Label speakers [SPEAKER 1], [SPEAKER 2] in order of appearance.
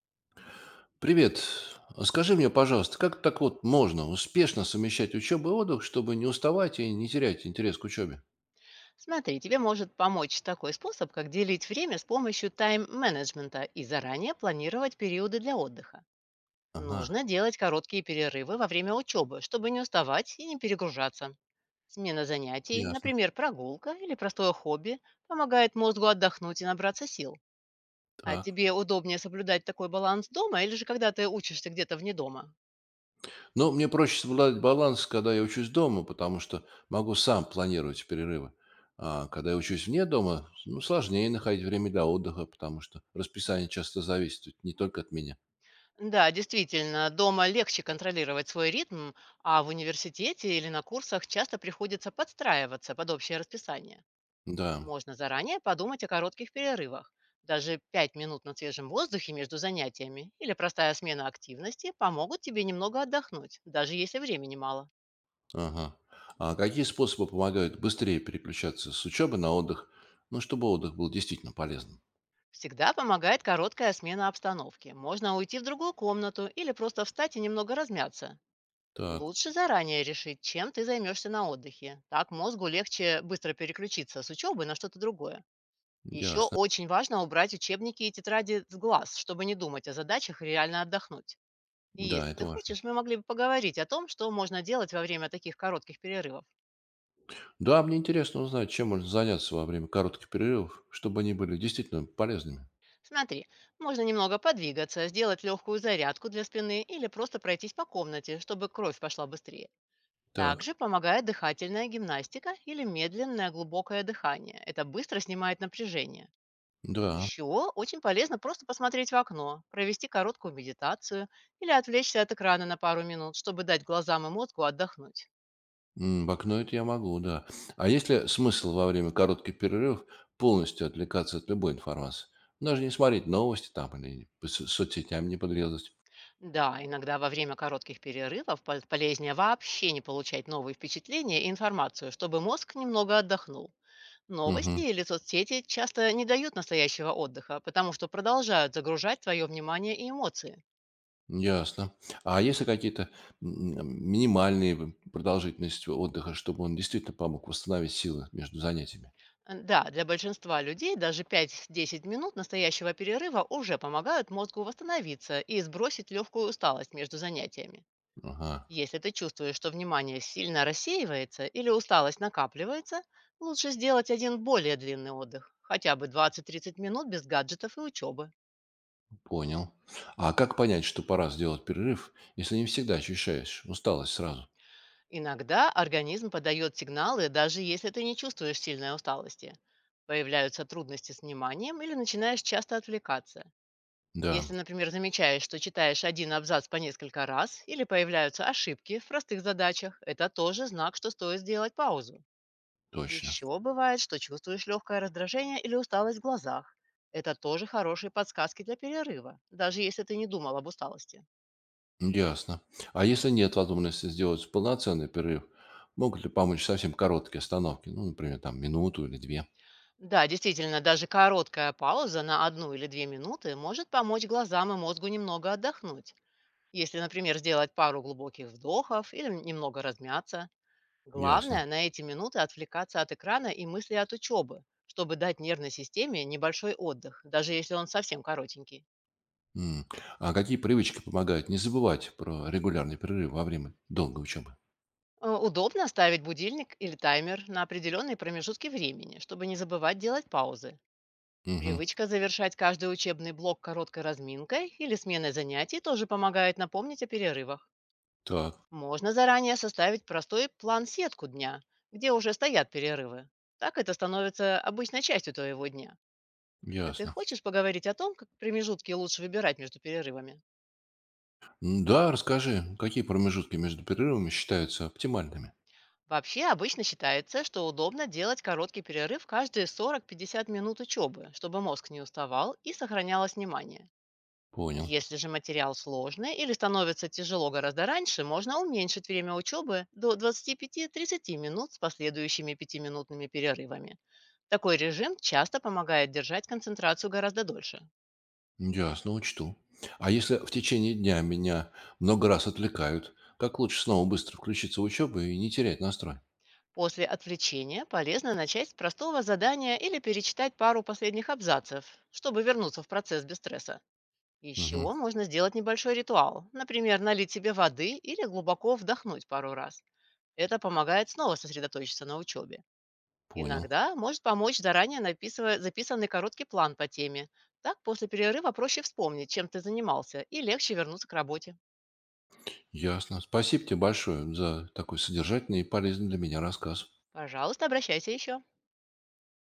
[SPEAKER 1] Привет. Скажи мне, пожалуйста, как так вот можно успешно совмещать учебу и отдых, чтобы не уставать и не терять интерес к учебе?
[SPEAKER 2] Смотри, тебе может помочь такой способ, как делить время с помощью тайм-менеджмента и заранее планировать периоды для отдыха.
[SPEAKER 1] Ага,
[SPEAKER 2] Нужно делать короткие перерывы во время учебы, чтобы не уставать и не перегружаться. Смена занятий,
[SPEAKER 1] ясно.
[SPEAKER 2] например, прогулка или простое хобби, помогает мозгу отдохнуть и набраться сил. А
[SPEAKER 1] Так.
[SPEAKER 2] тебе удобнее соблюдать такой баланс дома или же когда ты учишься где-то вне дома?
[SPEAKER 1] Но мне проще соблюдать баланс, когда я учусь дома, потому что могу сам планировать перерывы. А когда я учусь вне дома, ну, сложнее находить время для отдыха, потому что расписание часто зависит ведь не только от меня.
[SPEAKER 2] Да, действительно, дома легче контролировать свой ритм, а в университете или на курсах часто приходится подстраиваться под общее расписание.
[SPEAKER 1] Да,
[SPEAKER 2] Можно заранее подумать о коротких перерывах. Даже 5 минут на свежем воздухе между занятиями или простая смена активности помогут тебе немного отдохнуть, даже если времени мало.
[SPEAKER 1] ага. А какие способы помогают быстрее переключаться с учебы на отдых, ну, чтобы отдых был действительно полезным?
[SPEAKER 2] Всегда помогает короткая смена обстановки. Можно уйти в другую комнату или просто встать и немного размяться.
[SPEAKER 1] Так,
[SPEAKER 2] Лучше заранее решить, чем ты займешься на отдыхе. Так мозгу легче быстро переключиться с учебы на что-то другое. Еще
[SPEAKER 1] ясно.
[SPEAKER 2] очень важно убрать учебники и тетради с глаз, чтобы не думать о задачах и реально отдохнуть. И
[SPEAKER 1] Да,
[SPEAKER 2] если
[SPEAKER 1] это
[SPEAKER 2] ты
[SPEAKER 1] важно.
[SPEAKER 2] хочешь, мы могли бы поговорить о том, что можно делать во время таких коротких перерывов.
[SPEAKER 1] Да, мне интересно узнать, чем можно заняться во время коротких перерывов, чтобы они были действительно полезными.
[SPEAKER 2] Смотри, можно немного подвигаться, сделать легкую зарядку для спины или просто пройтись по комнате, чтобы кровь пошла быстрее.
[SPEAKER 1] Так,
[SPEAKER 2] Также помогает дыхательная гимнастика или медленное глубокое дыхание. Это быстро снимает напряжение.
[SPEAKER 1] да.
[SPEAKER 2] Еще очень полезно просто посмотреть в окно, провести короткую медитацию или отвлечься от экрана на пару минут, чтобы дать глазам и мозгу отдохнуть.
[SPEAKER 1] В окно это я могу, да. А есть ли смысл во время коротких перерывов полностью отвлекаться от любой информации? Даже не смотреть новости там или по соцсетям не подрезать.
[SPEAKER 2] Да, иногда во время коротких перерывов полезнее вообще не получать новые впечатления и информацию, чтобы мозг немного отдохнул. Новости
[SPEAKER 1] Угу,
[SPEAKER 2] или соцсети часто не дают настоящего отдыха, потому что продолжают загружать твое внимание и эмоции.
[SPEAKER 1] ясно. А есть ли какие-то минимальные продолжительности отдыха, чтобы он действительно помог восстановить силы между занятиями?
[SPEAKER 2] Да, для большинства людей даже 5-10 минут настоящего перерыва уже помогают мозгу восстановиться и сбросить легкую усталость между занятиями.
[SPEAKER 1] Ага.
[SPEAKER 2] Если ты чувствуешь, что внимание сильно рассеивается или усталость накапливается, лучше сделать один более длинный отдых, хотя бы 20-30 минут без гаджетов и учебы.
[SPEAKER 1] Понял. А как понять, что пора сделать перерыв, если не всегда ощущаешь усталость сразу?
[SPEAKER 2] Иногда организм подает сигналы, даже если ты не чувствуешь сильной усталости. Появляются трудности с вниманием или начинаешь часто отвлекаться.
[SPEAKER 1] Да,
[SPEAKER 2] Если, например, замечаешь, что читаешь один абзац по несколько раз или появляются ошибки в простых задачах, это тоже знак, что стоит сделать паузу.
[SPEAKER 1] точно.
[SPEAKER 2] Еще бывает, что чувствуешь легкое раздражение или усталость в глазах. Это тоже хорошие подсказки для перерыва, даже если ты не думал об усталости.
[SPEAKER 1] Ясно. А если нет возможности сделать полноценный перерыв, могут ли помочь совсем короткие остановки? Ну, например, там минуту или две.
[SPEAKER 2] Да, действительно, даже короткая пауза на одну или две минуты может помочь глазам и мозгу немного отдохнуть. Если, например, сделать пару глубоких вдохов или немного размяться,
[SPEAKER 1] Ясно.
[SPEAKER 2] главное на эти минуты отвлекаться от экрана и мысли от учебы, чтобы дать нервной системе небольшой отдых, даже если он совсем коротенький.
[SPEAKER 1] М. А какие привычки помогают не забывать про регулярный перерыв во время долгой учебы?
[SPEAKER 2] Удобно ставить будильник или таймер на определенные промежутки времени, чтобы не забывать делать паузы.
[SPEAKER 1] Угу.
[SPEAKER 2] Привычка завершать каждый учебный блок короткой разминкой или сменой занятий тоже помогает напомнить о перерывах.
[SPEAKER 1] Так,
[SPEAKER 2] Можно заранее составить простой план-сетку дня, где уже стоят перерывы. Так это становится обычной частью твоего дня. А ты
[SPEAKER 1] ясно.
[SPEAKER 2] хочешь поговорить о том, как промежутки лучше выбирать между перерывами?
[SPEAKER 1] М, да, расскажи, какие промежутки между перерывами считаются оптимальными?
[SPEAKER 2] Вообще, обычно считается, что удобно делать короткий перерыв каждые 40-50 минут учебы, чтобы мозг не уставал и сохранялось внимание.
[SPEAKER 1] Понял.
[SPEAKER 2] Если же материал сложный или становится тяжело гораздо раньше, можно уменьшить время учебы до 25-30 минут с последующими пятиминутными перерывами. Такой режим часто помогает держать концентрацию гораздо дольше.
[SPEAKER 1] Ясно, учту. А если в течение дня меня много раз отвлекают, как лучше снова быстро включиться в учебу и не терять настрой?
[SPEAKER 2] После отвлечения полезно начать с простого задания или перечитать пару последних абзацев, чтобы вернуться в процесс без стресса. Еще
[SPEAKER 1] Мгм,
[SPEAKER 2] можно сделать небольшой ритуал, например, налить себе воды или глубоко вдохнуть пару раз. Это помогает снова сосредоточиться на учебе.
[SPEAKER 1] понял.
[SPEAKER 2] Иногда может помочь заранее записанный короткий план по теме. Так после перерыва проще вспомнить, чем ты занимался, и легче вернуться к работе.
[SPEAKER 1] Ясно. Спасибо тебе большое за такой содержательный и полезный для меня рассказ.
[SPEAKER 2] Пожалуйста, обращайся еще.